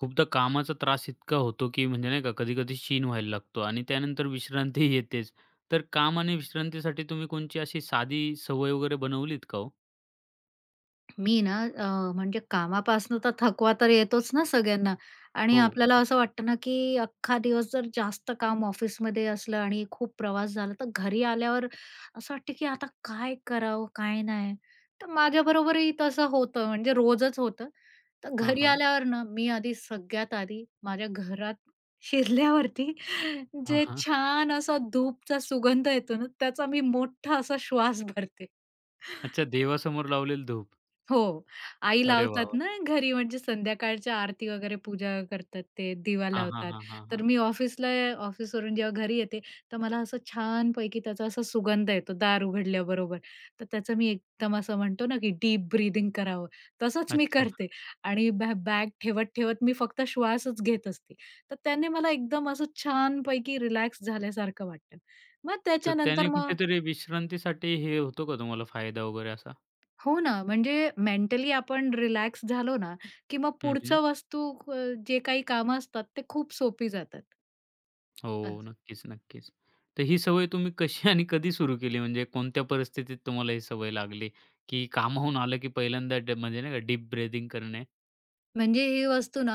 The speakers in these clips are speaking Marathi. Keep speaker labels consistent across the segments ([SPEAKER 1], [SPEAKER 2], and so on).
[SPEAKER 1] खूपदा कामाचा त्रास इतका होतो, की म्हणजे नाही का कधी-कधी शीण व्हायला लागतो आणि त्यानंतर विश्रांती येतेच. तर काम आणि विश्रांतीसाठी तुम्ही कोणची अशी साधी सवय वगैरे बनवलीत का हो?
[SPEAKER 2] मी ना म्हणजे कामापासनं तर थकवा तर येतोच ना सगळ्यांना आणि
[SPEAKER 1] हो.
[SPEAKER 2] आपल्याला असं वाटतं ना, की अख्खा दिवस जर जास्त काम ऑफिसमध्ये असलं आणि खूप प्रवास झाला, तर घरी आल्यावर असं वाटतं, की आता काय करावं, काय नाही? तर माझ्याबरोबरही तसं होतं, म्हणजे रोजच होतं. तर
[SPEAKER 1] हां,
[SPEAKER 2] घरी
[SPEAKER 1] हां.
[SPEAKER 2] आल्यावर ना, मी आधी सगळ्यात आधी माझ्या घरात शिरल्यावरती
[SPEAKER 1] हां,
[SPEAKER 2] जे
[SPEAKER 1] हां.
[SPEAKER 2] छान असा धूपचा सुगंध येतो ना, त्याचा मी मोठा असा श्वास भरते.
[SPEAKER 1] अच्छा देवासमोर लावलेली धूप.
[SPEAKER 2] हो. आई
[SPEAKER 1] अरे वाह!
[SPEAKER 2] लावतात
[SPEAKER 1] वाह!
[SPEAKER 2] ना घरी म्हणजे संध्याकाळच्या आरती वगैरे पूजा करतात ते, दिवा
[SPEAKER 1] हां, हां,
[SPEAKER 2] लावतात.
[SPEAKER 1] हां, हां, हां.
[SPEAKER 2] तर मी ऑफिसला ऑफिसवरून जेव्हा घरी येते, तर मला असं छानपैकी त्याचा असा सुगंध येतो दार उघडल्याबरोबर. तर त्याचं मी एकदम असं म्हणतो ना, की डीप ब्रीथिंग करावं, तसंच मी
[SPEAKER 1] अच्छा.
[SPEAKER 2] करते आणि बॅग ठेवत-ठेवत मी फक्त श्वासच घेत असते. तर त्याने मला एकदम असं छानपैकी रिलॅक्स झाल्यासारखं वाटतं. मग
[SPEAKER 1] तर
[SPEAKER 2] त्याच्यानंतर
[SPEAKER 1] त्याने
[SPEAKER 2] मग
[SPEAKER 1] कुठेतरी विश्रांतीसाठी हे होतो का तुम्हाला फायदा वगैरे असा?
[SPEAKER 2] हो ना, म्हणजे मेंटली आपण रिलॅक्स झालो ना, की मग
[SPEAKER 1] हं, हं.
[SPEAKER 2] पुढचं वस्तू जे काही कामं असतात ते खूप सोपी जातात.
[SPEAKER 1] हो. नक्कीच, नक्कीच. तर ही सवय तुम्ही कशी आणि कधी सुरू केली? म्हणजे कोणत्या परिस्थितीत तुम्हाला ही सवय लागली? की कामाहून आलं की पहिल्यांदा म्हणजे नाही का डीप ब्रीथिंग करणे?
[SPEAKER 2] म्हणजे ही वस्तू ना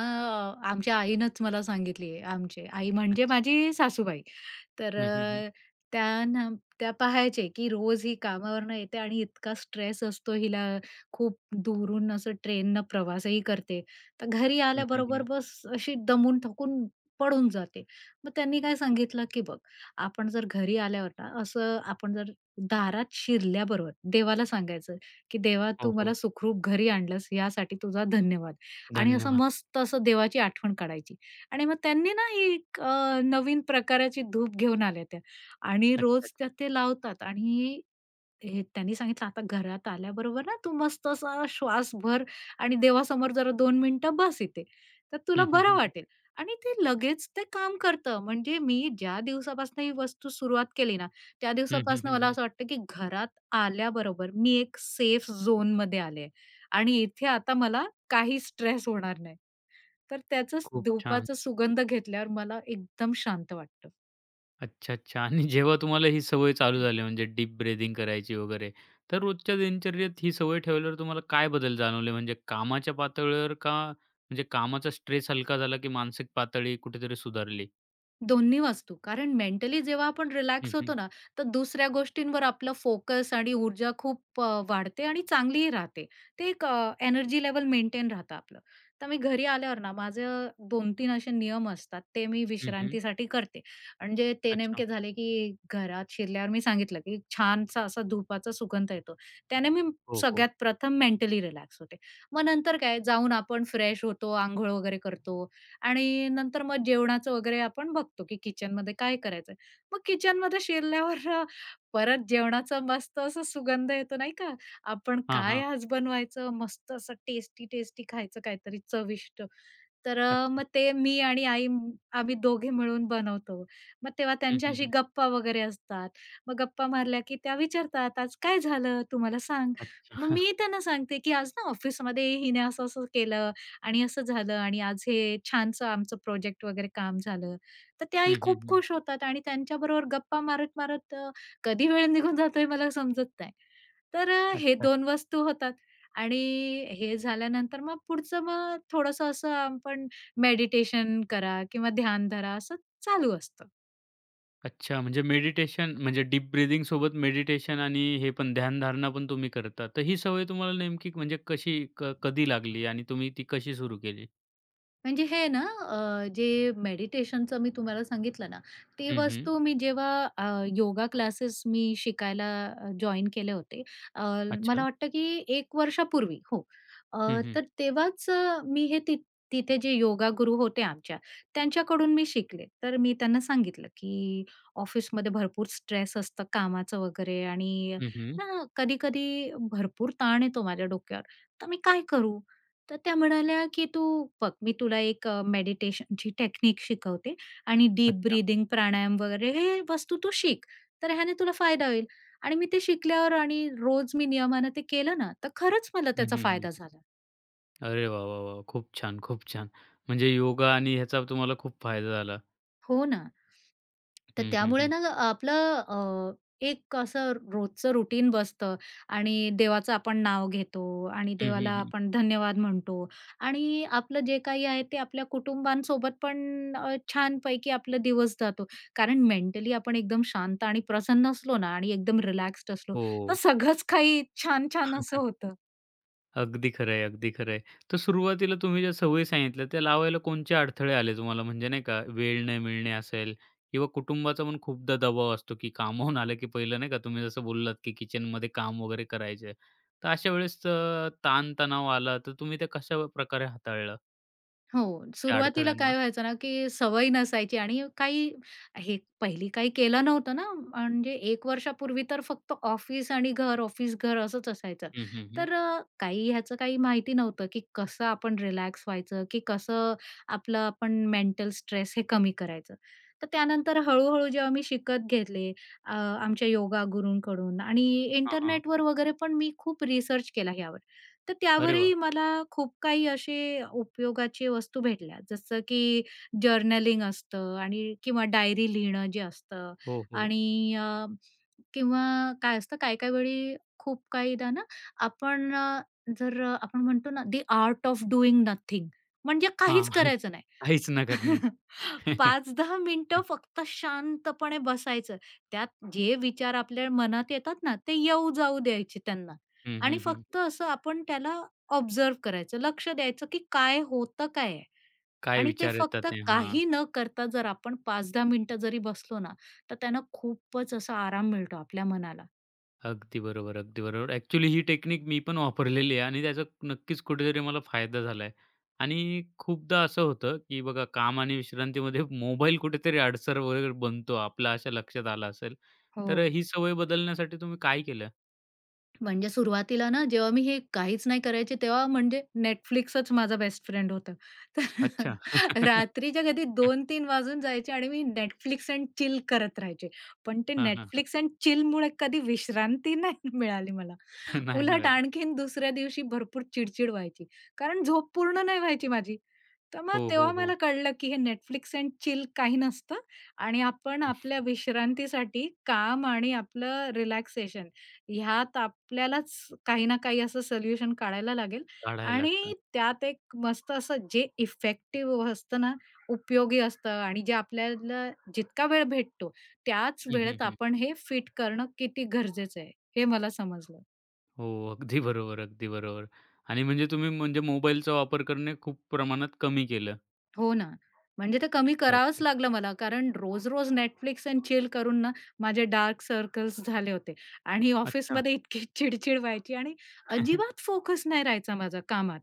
[SPEAKER 2] आमच्या आईनंच मला सांगितली आहे. आमचे, आई म्हणजे
[SPEAKER 1] अच्छा.
[SPEAKER 2] माझी सासूबाई. तर
[SPEAKER 1] हं, हं, हं.
[SPEAKER 2] त्या ना त्या पाहायचे, की रोज ही कामावरनं येते आणि इतका स्ट्रेस असतो हिला, खूप दुरून असं ट्रेननं प्रवासही करते. तर घरी
[SPEAKER 1] हं, हं,
[SPEAKER 2] आल्याबरोबर
[SPEAKER 1] हं.
[SPEAKER 2] बस अशी दमून थकून पडून जाते. मग त्यांनी काय सांगितलं, की बघ आपण जर घरी आल्यावर ना असं आपण जर दारात शिरल्याबरोबर देवाला सांगायचं, की देवा
[SPEAKER 1] हो,
[SPEAKER 2] तू
[SPEAKER 1] हो.
[SPEAKER 2] मला सुखरूप घरी आणलंस यासाठी तुझा धन्यवाद. आणि असं
[SPEAKER 1] धन्यवाद.
[SPEAKER 2] मस्त असं देवाची आठवण काढायची आणि मग त्यांनी ना ही एक नवीन प्रकाराची धूप घेऊन आल्या त्या आणि
[SPEAKER 1] अच्छा,
[SPEAKER 2] रोज त्या
[SPEAKER 1] अच्छा.
[SPEAKER 2] ते लावतात आणि हे त्यांनी सांगितलं, "आता घरात आल्याबरोबर ना तू मस्त असा श्वास भर आणि देवासमोर जरा दोन मिनिटं बस इथे, तर
[SPEAKER 1] हं,
[SPEAKER 2] तुला
[SPEAKER 1] हं,
[SPEAKER 2] बरं
[SPEAKER 1] हं, हं.
[SPEAKER 2] वाटेल." आणि ते लगेच ते काम करतं. म्हणजे मी ज्या दिवसापासून ही वस्तू सुरुवात केली ना, त्या
[SPEAKER 1] हं, हं,
[SPEAKER 2] दिवसापासून मला
[SPEAKER 1] हं,
[SPEAKER 2] असं वाटतं, की घरात आल्याबरोबर मी एक सेफ झोनमध्ये आले आहे आणि इथे आता मला काही स्ट्रेस होणार नाही. तर त्याचंच
[SPEAKER 1] खूप छान.
[SPEAKER 2] धुपाचा सुगंध घेतल्यावर मला एकदम शांत वाटतं.
[SPEAKER 1] अच्छा, अच्छा. आणि जेव्हा तुम्हाला ही सवय चालू झाली म्हणजे डीप ब्रीथिंग करायची वगैरे, तर रोजच्या दिनचर्येत ही सवय ठेवल्यावर तुम्हाला काय बदल जाणवले? म्हणजे कामाच्या पातळीवर का म्हणजे कामाचा स्ट्रेस हलका झाला की मानसिक पातळी कुठेतरी सुधारली?
[SPEAKER 2] दोन्ही वाचतो. कारण मेंटली जेव्हा आपण
[SPEAKER 1] हं,
[SPEAKER 2] रिलॅक्स
[SPEAKER 1] हं.
[SPEAKER 2] होतो ना, तर दुसऱ्या गोष्टींवर आपलं फोकस आणि ऊर्जा खूप वाढते आणि चांगलीही राहते. ते एक एनर्जी लेव्हल मेंटेन राहतं आपलं. तर मी घरी आल्यावर ना माझं 2-3 असे नियम असतात, ते मी
[SPEAKER 1] हं, हं.
[SPEAKER 2] विश्रांतीसाठी करते. म्हणजे ते
[SPEAKER 1] अच्छा.
[SPEAKER 2] नेमके झाले, की घरात शिरल्यावर मी सांगितलं, की छानसा असा धुपाचा सुगंध येतो. त्याने मी
[SPEAKER 1] हो, हो.
[SPEAKER 2] सगळ्यात प्रथम मेंटली रिलॅक्स होते. मग नंतर काय, जाऊन आपण फ्रेश होतो, अंघोळ वगैरे करतो आणि नंतर मग जेवणाचं वगैरे आपण बघतो, की किचनमध्ये काय करायचंय. मग किचनमध्ये शिरल्यावर परत जेवणाचा मस्त असा सुगंध येतो नाही का? आपण
[SPEAKER 1] हां,
[SPEAKER 2] काय
[SPEAKER 1] हां.
[SPEAKER 2] आज बनवायचं? मस्त असं टेस्टी-टेस्टी खायचं काहीतरी चविष्ट. तर
[SPEAKER 1] अच्छा.
[SPEAKER 2] मग ते मी आणि आई आम्ही दोघे मिळून बनवतो. मग तेव्हा
[SPEAKER 1] हं, हं,
[SPEAKER 2] त्यांच्याशी
[SPEAKER 1] हं.
[SPEAKER 2] गप्पा वगैरे असतात. मग गप्पा मारल्या की त्या विचारतात, "आज काय झालं? तू मला सांग." मग
[SPEAKER 1] अच्छा.
[SPEAKER 2] मी त्यांना सांगते, की "आज ना ऑफिसमध्ये हिने असं-असं केलं आणि असं झालं आणि आज हे छानसं आमचं प्रोजेक्ट वगैरे काम झालं." तर त्याही
[SPEAKER 1] हं, हं,
[SPEAKER 2] खूप
[SPEAKER 1] हं.
[SPEAKER 2] खुश होतात आणि त्यांच्याबरोबर गप्पा मारत-मारत कधी वेळ निघून जातोय मला समजत नाही. तर हे
[SPEAKER 1] अच्छा.
[SPEAKER 2] 2 वस्तू होतात. आणि हे झाल्यानंतर मग पुढचं मग थोडंसं असं आपण मेडिटेशन करा किंवा ध्यान धरा असं चालू असतं.
[SPEAKER 1] अच्छा, म्हणजे मेडिटेशन म्हणजे डीप ब्रीथिंग सोबत मेडिटेशन आणि हे पण ध्यानधारणा पण तुम्ही करता. तर ही सवय तुम्हाला नेमकी म्हणजे कशी कधी लागली आणि तुम्ही ती कशी सुरू केली?
[SPEAKER 2] म्हणजे हे ना जे मेडिटेशनचं मी तुम्हाला सांगितलं ना, ती
[SPEAKER 1] हं, हं.
[SPEAKER 2] वस्तू मी जेव्हा अ, योगा क्लासेस मी शिकायला जॉइन केले होते. अ, मला
[SPEAKER 1] अच्छा.
[SPEAKER 2] वाटतं की 1 वर्षापूर्वी हो. अ,
[SPEAKER 1] हं, हं.
[SPEAKER 2] तर तेव्हाच मी हे तिथे जे योगा गुरु होते आमच्या, त्यांच्याकडून मी शिकले. तर मी त्यांना सांगितलं की ऑफिसमध्ये भरपूर स्ट्रेस असतं कामाचं वगैरे आणि
[SPEAKER 1] हं, हं.
[SPEAKER 2] ना कधी-कधी भरपूर ताण येतो माझ्या डोक्यावर. तर मी काय करू? तर त्या म्हणाल्या, की "तू बघ मी तुला एक मेडिटेशनची टेक्निक शिकवते आणि डीप
[SPEAKER 1] अच्छा.
[SPEAKER 2] ब्रीथिंग, प्राणायाम वगैरे हे वस्तू तू शिक. तर ह्याने तुला फायदा होईल." आणि मी ते शिकल्यावर आणि रोज मी नियमानं ते केलं ना, तर खरंच मला
[SPEAKER 1] हं,
[SPEAKER 2] त्याचा
[SPEAKER 1] हं, हं.
[SPEAKER 2] फायदा झाला.
[SPEAKER 1] अरे वाह, वाह, वाह! खूप छान, खूप छान. म्हणजे योगा आणि ह्याचा तुम्हाला खूप फायदा झाला.
[SPEAKER 2] हो ना. तर
[SPEAKER 1] हं, हं,
[SPEAKER 2] त्यामुळे
[SPEAKER 1] हं.
[SPEAKER 2] ना आपलं एक असं रोजचं रुटीन बसतं आणि देवाचं आपण नाव घेतो आणि
[SPEAKER 1] हं,
[SPEAKER 2] देवाला
[SPEAKER 1] हं, हं.
[SPEAKER 2] आपण धन्यवाद म्हणतो आणि आपलं जे काही आहे ते आपल्या कुटुंबांसोबत पण छानपैकी आपला दिवस जातो. कारण मेंटली आपण एकदम शांत आणि प्रसन्न असलो ना आणि एकदम रिलॅक्स्ड असलो, तर
[SPEAKER 1] हो.
[SPEAKER 2] सगळंच काही छान-छान असं होतं.
[SPEAKER 1] अगदी खरं आहे, अगदी खरं आहे. तर सुरुवातीला तुम्ही ज्या सवयी सांगितल्या त्या लावायला कोणते अडथळे आले तुम्हाला? म्हणजे नाही का वेळ नाही मिळणे असेल किंवा कुटुंबाचा पण खूपदा दबाव असतो, की कामावून आलं की पहिलं नाही का तुम्ही जसं बोललात, की किचनमध्ये काम वगैरे करायचे. तर अशा वेळेस ताण आला तर तुम्ही ते कशा प्रकारे हाताळलं
[SPEAKER 2] हो.
[SPEAKER 1] त्या
[SPEAKER 2] सुरुवातीला
[SPEAKER 1] अडथळ्यांना?
[SPEAKER 2] काय व्हायचं ना, की सवय नसायची आणि काही हे पहिली काही केलं नव्हतं ना, म्हणजे 1 वर्षापूर्वी तर फक्त ऑफिस आणि घर, ऑफिस घर असंच असायचं.
[SPEAKER 1] हं, हं, हं.
[SPEAKER 2] तर काही ह्याचं काही माहिती नव्हतं, की कसं आपण रिलॅक्स व्हायचं, की कसं आपलं आपण मेंटल स्ट्रेस हे कमी करायचं. तर त्यानंतर हळू जेव्हा मी शिकत घेतले आमच्या योगा गुरूंकडून आणि
[SPEAKER 1] हां, हां.
[SPEAKER 2] इंटरनेटवर वगैरे पण मी खूप रिसर्च केला तर
[SPEAKER 1] अरे वाह!
[SPEAKER 2] त्यावरही मला खूप काही असे उपयोगाची वस्तू भेटल्या. जसं की जर्नलिंग असतं आणि किंवा डायरी लिहिणं जे असतं
[SPEAKER 1] हो, हो.
[SPEAKER 2] आणि किंवा काय असतं काही-काही वेळी खूप काहीदा ना आपण जर आपण म्हणतो ना, the art of doing nothing म्हणजे काहीच
[SPEAKER 1] हां.
[SPEAKER 2] करायचं नाही.
[SPEAKER 1] काहीच न करणे.
[SPEAKER 2] 5-10 मिनिटं फक्त शांतपणे बसायचं. त्यात जे विचार आपल्या मनात येतात ना, ते येऊ जाऊ द्यायचे त्यांना
[SPEAKER 1] हं,
[SPEAKER 2] आणि
[SPEAKER 1] हं, हं.
[SPEAKER 2] फक्त असं आपण त्याला ऑब्झर्व्ह करायचं, लक्ष द्यायचं की काय होतं काय आहे?
[SPEAKER 1] काय
[SPEAKER 2] आणि ते
[SPEAKER 1] विचार येतात
[SPEAKER 2] फक्त
[SPEAKER 1] ते? हां.
[SPEAKER 2] काही न करता जर आपण 5-10 मिनिटं जरी बसलो ना, तर त्यानं खूपच असा आराम मिळतो आपल्या मनाला.
[SPEAKER 1] अगदी बरोबर, अगदी बरोबर. ॲक्चुअली ही टेक्निक मी पण वापरलेली आहे आणि त्याचा नक्कीच कुठेतरी मला फायदा झाला आहे. आणि खूपदा असं होतं, की बघा काम आणि विश्रांतीमध्ये मोबाईल कुठेतरी अडसर वगैरे बनतो. आपला अशा लक्षात आलं असेल. तर
[SPEAKER 2] हो.
[SPEAKER 1] ही सवय बदलण्यासाठी तुम्ही काय केलं?
[SPEAKER 2] म्हणजे सुरुवातीला ना, जेव्हा मी हे काहीच नाही करायचे, तेव्हा म्हणजे Netflixच माझा बेस्ट फ्रेंड होता.
[SPEAKER 1] अच्छा.
[SPEAKER 2] तर रात्रीच्या कधी 2-3 वाजून जायचे आणि मी Netflix एंड चिल करत राहायचे. पण ते
[SPEAKER 1] हां, हां, हां.
[SPEAKER 2] Netflix एंड चिलमुळे कधी विश्रांती नाही मिळाली मला.
[SPEAKER 1] नाही
[SPEAKER 2] उलट
[SPEAKER 1] मिळाली.
[SPEAKER 2] आणखीन दुसऱ्या दिवशी भरपूर चिडचिड व्हायची, कारण झोप पूर्ण नाही व्हायची माझी. तर मग
[SPEAKER 1] हो, हो,
[SPEAKER 2] तेव्हा
[SPEAKER 1] हो.
[SPEAKER 2] मला कळलं, की हे Netflix एंड चिल काही नसतं आणि आपण आपल्या विश्रांतीसाठी काम आणि आपलं रिलॅक्सेशन ह्यात आपल्यालाच काही ना काही असं सोल्युशन काढायला लागेल
[SPEAKER 1] काढायला
[SPEAKER 2] आणि
[SPEAKER 1] लागतं.
[SPEAKER 2] त्यात एक मस्त असं जे इफेक्टिव्ह असतं ना, उपयोगी असतं आणि जे आपल्याला जितका वेळ भेटतो त्याच
[SPEAKER 1] हं, हं,
[SPEAKER 2] वेळेत
[SPEAKER 1] हं.
[SPEAKER 2] आपण हे फिट करणं किती गरजेचं आहे, हे मला समजलं.
[SPEAKER 1] हो, अगदी बरोबर, अगदी बरोबर. आणि म्हणजे तुम्ही म्हणजे मोबाईलचा वापर करणे खूप प्रमाणात कमी केलं.
[SPEAKER 2] हो ना. म्हणजे ते कमी
[SPEAKER 1] अच्छा,
[SPEAKER 2] करावंच
[SPEAKER 1] अच्छा.
[SPEAKER 2] लागलं मला कारण रोज-रोज Netflix अँड चिल करून ना माझे डार्क सर्कल्स झाले होते आणि
[SPEAKER 1] अच्छा.
[SPEAKER 2] ऑफिसमध्ये इतकी चिड-चिड व्हायची आणि अजिबात फोकस नाही राहायचा माझा कामात.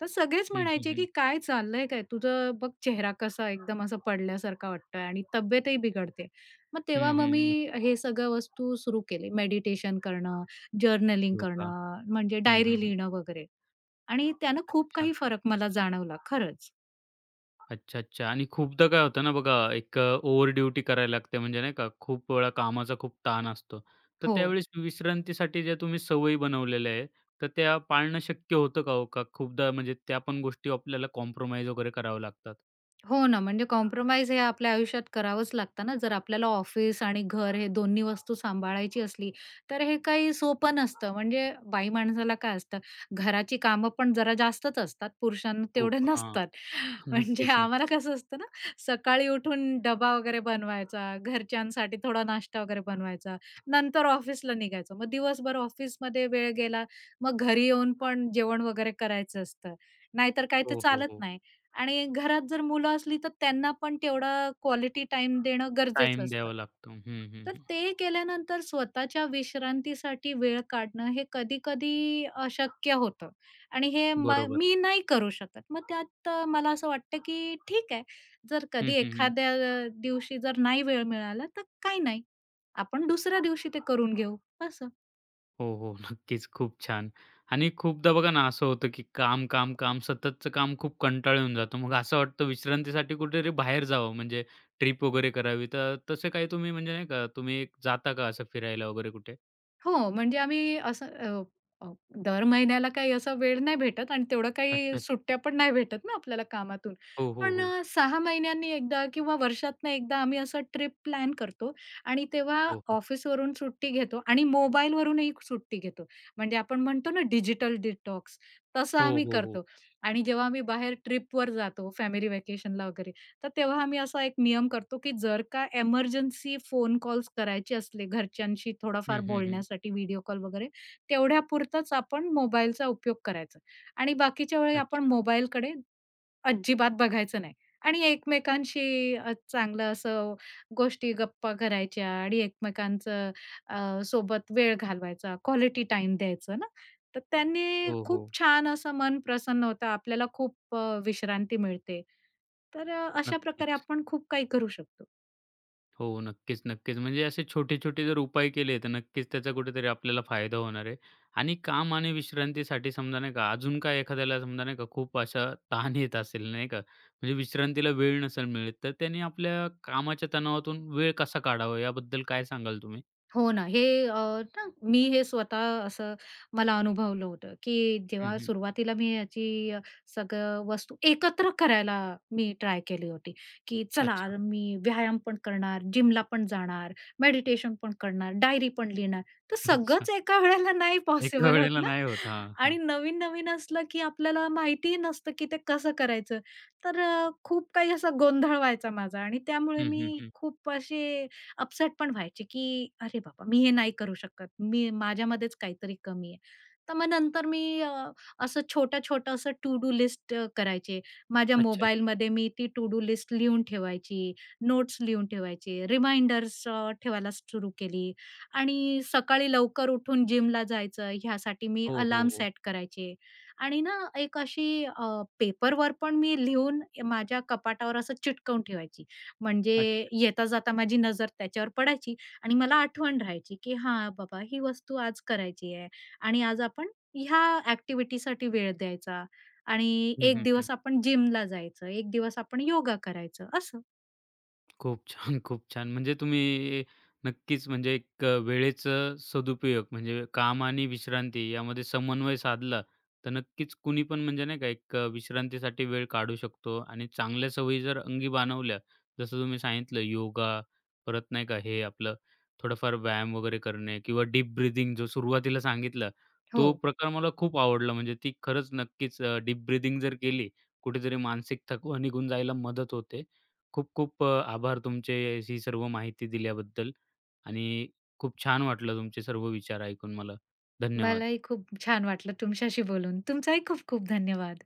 [SPEAKER 2] तर सगळेच
[SPEAKER 1] हं, हं,
[SPEAKER 2] म्हणायचे, की
[SPEAKER 1] हं.
[SPEAKER 2] "काय चाललंय काय? तुझं बघ चेहरा कसा एकदम असा पडल्यासारखा वाटतोय आणि तब्येतही बिघडते." मग
[SPEAKER 1] हं,
[SPEAKER 2] तेव्हा मग मी
[SPEAKER 1] हं. नक्कीच.
[SPEAKER 2] हे सगळ्या वस्तू सुरू केले. मेडिटेशन करणं, जर्नलिंग
[SPEAKER 1] योगा.
[SPEAKER 2] करणं, म्हणजे
[SPEAKER 1] हं, हं,
[SPEAKER 2] डायरी
[SPEAKER 1] हं.
[SPEAKER 2] लिहिणं वगैरे आणि त्यानं खूप
[SPEAKER 1] अच्छा.
[SPEAKER 2] काही फरक मला जाणवला खरंच.
[SPEAKER 1] अच्छा, अच्छा. आणि खूपदा काय होतं ना बघा, एक ओव्हर ड्युटी करायला लागते म्हणजे नाही का, खूप वेळा कामाचा खूप ताण असतो. तर
[SPEAKER 2] हो.
[SPEAKER 1] त्यावेळेस विश्रांतीसाठी ज्या तुम्ही सवयी बनवलेल्या आहे, तर त्या पाळणं शक्य होतं का हो? का खूपदा म्हणजे त्या पण गोष्टी आपल्याला कॉम्प्रोमाईज वगैरे करावं लागतात?
[SPEAKER 2] हो ना, म्हणजे कॉम्प्रोमाईज हे आपल्या आयुष्यात करावंच लागतं ना, जर आपल्याला ऑफिस आणि घर हे दोन्ही वस्तू सांभाळायची असली, तर हे काही सोपं नसतं. म्हणजे बाई माणसाला काय असतं, घराची कामं पण जरा जास्तच असतात, पुरुषांना तेवढे
[SPEAKER 1] खूप हां.
[SPEAKER 2] नसतात. म्हणजे
[SPEAKER 1] नक्कीच,
[SPEAKER 2] आम्हाला
[SPEAKER 1] नक्कीच.
[SPEAKER 2] कसं असतं ना, सकाळी उठून डबा वगैरे बनवायचा, घरच्यांसाठी थोडा नाश्ता वगैरे बनवायचा, नंतर ऑफिसला निघायचं. मग दिवसभर ऑफिसमध्ये वेळ गेला, मग घरी येऊन पण जेवण वगैरे करायचं असतं, नाहीतर काय ते
[SPEAKER 1] हो, हो,
[SPEAKER 2] चालत
[SPEAKER 1] हो.
[SPEAKER 2] नाही. आणि घरात जर मुलं असली तर त्यांना पण तेवढा क्वालिटी टाइम देणं गरजेचं
[SPEAKER 1] टाईम
[SPEAKER 2] असतं.
[SPEAKER 1] द्यावा लागतो. हं, हं,
[SPEAKER 2] तर
[SPEAKER 1] हं.
[SPEAKER 2] ते केल्यानंतर स्वतःच्या विश्रांतीसाठी वेळ काढणं हे कधी-कधी अशक्य होतं आणि हे म
[SPEAKER 1] बरोबर.
[SPEAKER 2] मी नाही करू शकत. मग त्यात मला असं वाटतं की ठीक आहे, जर
[SPEAKER 1] हं,
[SPEAKER 2] कधी
[SPEAKER 1] हं, हं.
[SPEAKER 2] एखाद्या दिवशी जर नाही वेळ मिळाला तर काही नाही. आपण दुसऱ्या दिवशी ते करून घेऊ असं.
[SPEAKER 1] हो, हो. नक्कीच. खूप छान. आणि खूपदा बघा ना असं होतं, की काम, काम, काम सततचं काम खूप कंटाळा येऊन जातो. मग असं वाटतं विश्रांतीसाठी कुठेतरी बाहेर जावं म्हणजे ट्रिप वगैरे करावी. तर तसे काही तुम्ही म्हणजे नाही का तुम्ही एक जाता का असं फिरायला वगैरे कुठे?
[SPEAKER 2] हो, म्हणजे आम्ही असं अ, अ, दर महिन्याला काही असा वेळ नाही भेटत आणि तेवढं
[SPEAKER 1] अच्छा.
[SPEAKER 2] काही
[SPEAKER 1] अच्छा.
[SPEAKER 2] सुट्ट्या पण नाही भेटत ना आपल्याला कामातून.
[SPEAKER 1] हो, हो,
[SPEAKER 2] पण
[SPEAKER 1] हो.
[SPEAKER 2] 6 महिन्यांनी एकदा किंवा वर्षातनं एकदा आम्ही असं ट्रिप प्लॅन करतो आणि तेव्हा
[SPEAKER 1] हो, हो.
[SPEAKER 2] ऑफिसवरून सुट्टी घेतो आणि मोबाईलवरूनही सुट्टी घेतो. म्हणजे आपण म्हणतो ना डिजिटल डिटॉक्स, तसं
[SPEAKER 1] हो,
[SPEAKER 2] आम्ही
[SPEAKER 1] हो, हो.
[SPEAKER 2] करतो. आणि जेव्हा आम्ही बाहेर ट्रिपवर जातो फॅमिली व्हॅकेशनला वगैरे तर तेव्हा आम्ही असा एक नियम करतो, की जर का एमर्जन्सी फोन कॉल्स करायचे असले घरच्यांशी थोडाफार
[SPEAKER 1] हं, हं, हं.
[SPEAKER 2] बोलण्यासाठी व्हिडिओ कॉल वगैरे, तेवढ्यापुरताच आपण मोबाईलचा उपयोग करायचा आणि बाकीच्या वेळी आपण
[SPEAKER 1] अच्छा.
[SPEAKER 2] मोबाईलकडे अजिबात बघायचं नाही आणि एकमेकांशी चांगलं असं गोष्टी, गप्पा करायच्या आणि एकमेकांचं सोबत वेळ घालवायचा, क्वालिटी टाईम द्यायचं ना. तर त्यांनी
[SPEAKER 1] हो,
[SPEAKER 2] खूप
[SPEAKER 1] हो.
[SPEAKER 2] छान असं मन प्रसन्न होतं. आपल्याला खूप विश्रांती मिळते. तर अशा प्रकारे
[SPEAKER 1] नक्कीच.
[SPEAKER 2] आपण खूप काही करू शकतो.
[SPEAKER 1] हो, नक्कीच, नक्कीच. म्हणजे असे छोटे-छोटे जर उपाय केले, तर नक्कीच त्याचा कुठेतरी आपल्याला फायदा होणार आहे. आणि काम आणि विश्रांतीसाठी समजा नाही का, अजून काय एखाद्याला समजा नाही का, खूप असा ताण येत असेल नाही का, म्हणजे विश्रांतीला वेळ नसेल मिळत, तर त्याने आपल्या कामाच्या तणावातून वेळ कसा काढावा, याबद्दल काय सांगाल तुम्ही?
[SPEAKER 2] हो ना. हे अ, ना मी हे स्वतः असं मला अनुभवलं होतं, की
[SPEAKER 1] हं,
[SPEAKER 2] जेव्हा
[SPEAKER 1] हं.
[SPEAKER 2] सुरुवातीला मी याची अ, सगळं वस्तू एकत्र करायला मी ट्राय केली होती, की चला आज
[SPEAKER 1] अच्छा,
[SPEAKER 2] मी व्यायाम पण करणार, जिमला पण जाणार, मेडिटेशन पण करणार, डायरी पण लिहिणार. तर
[SPEAKER 1] अच्छा.
[SPEAKER 2] सगळंच एका वेळेला नाही
[SPEAKER 1] एका
[SPEAKER 2] पॉसिबल होत
[SPEAKER 1] वेळेला
[SPEAKER 2] ना
[SPEAKER 1] नाही होत. हां, हां.
[SPEAKER 2] आणि नवीन-नवीन असलं, की आपल्याला माहितीही नसतं, की ते कसं करायचं. तर खूप काही असा गोंधळ व्हायचा माझा आणि त्यामुळे
[SPEAKER 1] हं, हं,
[SPEAKER 2] मी
[SPEAKER 1] हं.
[SPEAKER 2] खूप असे अपसेट पण व्हायचे, की "अरे बाबा, मी हे नाही करू शकत. मी माझ्यामध्येच काहीतरी कमी आहे." तर मग नंतर मी असं छोटं-छोटं असं टू डू लिस्ट करायचे. माझ्या
[SPEAKER 1] अच्छा, अच्छा.
[SPEAKER 2] मोबाईलमध्ये मी ती टू डू लिस्ट लिहून ठेवायची, नोट्स लिहून ठेवायचे, रिमाइंडर्स ठेवायला सुरू केली आणि सकाळी लवकर उठून जिमला जायचं ह्यासाठी मी
[SPEAKER 1] हो, हो,
[SPEAKER 2] अलार्म
[SPEAKER 1] हो.
[SPEAKER 2] सेट करायचे आणि ना एक अशी पेपरवर पण मी लिहून माझ्या कपाटावर असं चिटकवून ठेवायची. म्हणजे
[SPEAKER 1] अच्छा.
[SPEAKER 2] येता-जाता माझी नजर त्याच्यावर पडायची आणि मला आठवण राहायची, की हां, बाबा ही वस्तू आज करायची आहे आणि आज आपण ह्या ॲक्टिव्हिटीसाठी वेळ द्यायचा आणि
[SPEAKER 1] हं,
[SPEAKER 2] एक
[SPEAKER 1] हं, हं.
[SPEAKER 2] दिवस आपण जिमला जायचं, एक दिवस आपण योगा करायचं असं.
[SPEAKER 1] खूप छान, खूप छान. म्हणजे तुम्ही नक्कीच म्हणजे एक वेळेचं सदुपयोग म्हणजे काम आणि विश्रांती यामध्ये समन्वय साधला, तर नक्कीच कुणी पण म्हणजे नाही का एक विश्रांतीसाठी वेळ काढू शकतो आणि चांगल्या सवयी जर अंगी बाणवल्या, जसं तुम्ही सांगितलं योगा, परत नाही का हे आपलं थोडंफार व्यायाम वगैरे करणे किंवा डीप ब्रीथिंग जो सुरुवातीला सांगितला,
[SPEAKER 2] हो,
[SPEAKER 1] तो प्रकार मला खूप आवडला. म्हणजे ती खरंच नक्कीच डीप ब्रीथिंग जर केली, कुठेतरी मानसिक थकवा निघून जायला मदत होते खूप-खूप आभार तुमचे ही सर्व माहिती दिल्याबद्दल आणि खूप छान वाटलं तुमचे सर्व विचार ऐकून मला. धन्यवाद.
[SPEAKER 2] मलाही खूप छान वाटलं तुमच्याशी बोलून. तुमचाही खूप खूप धन्यवाद.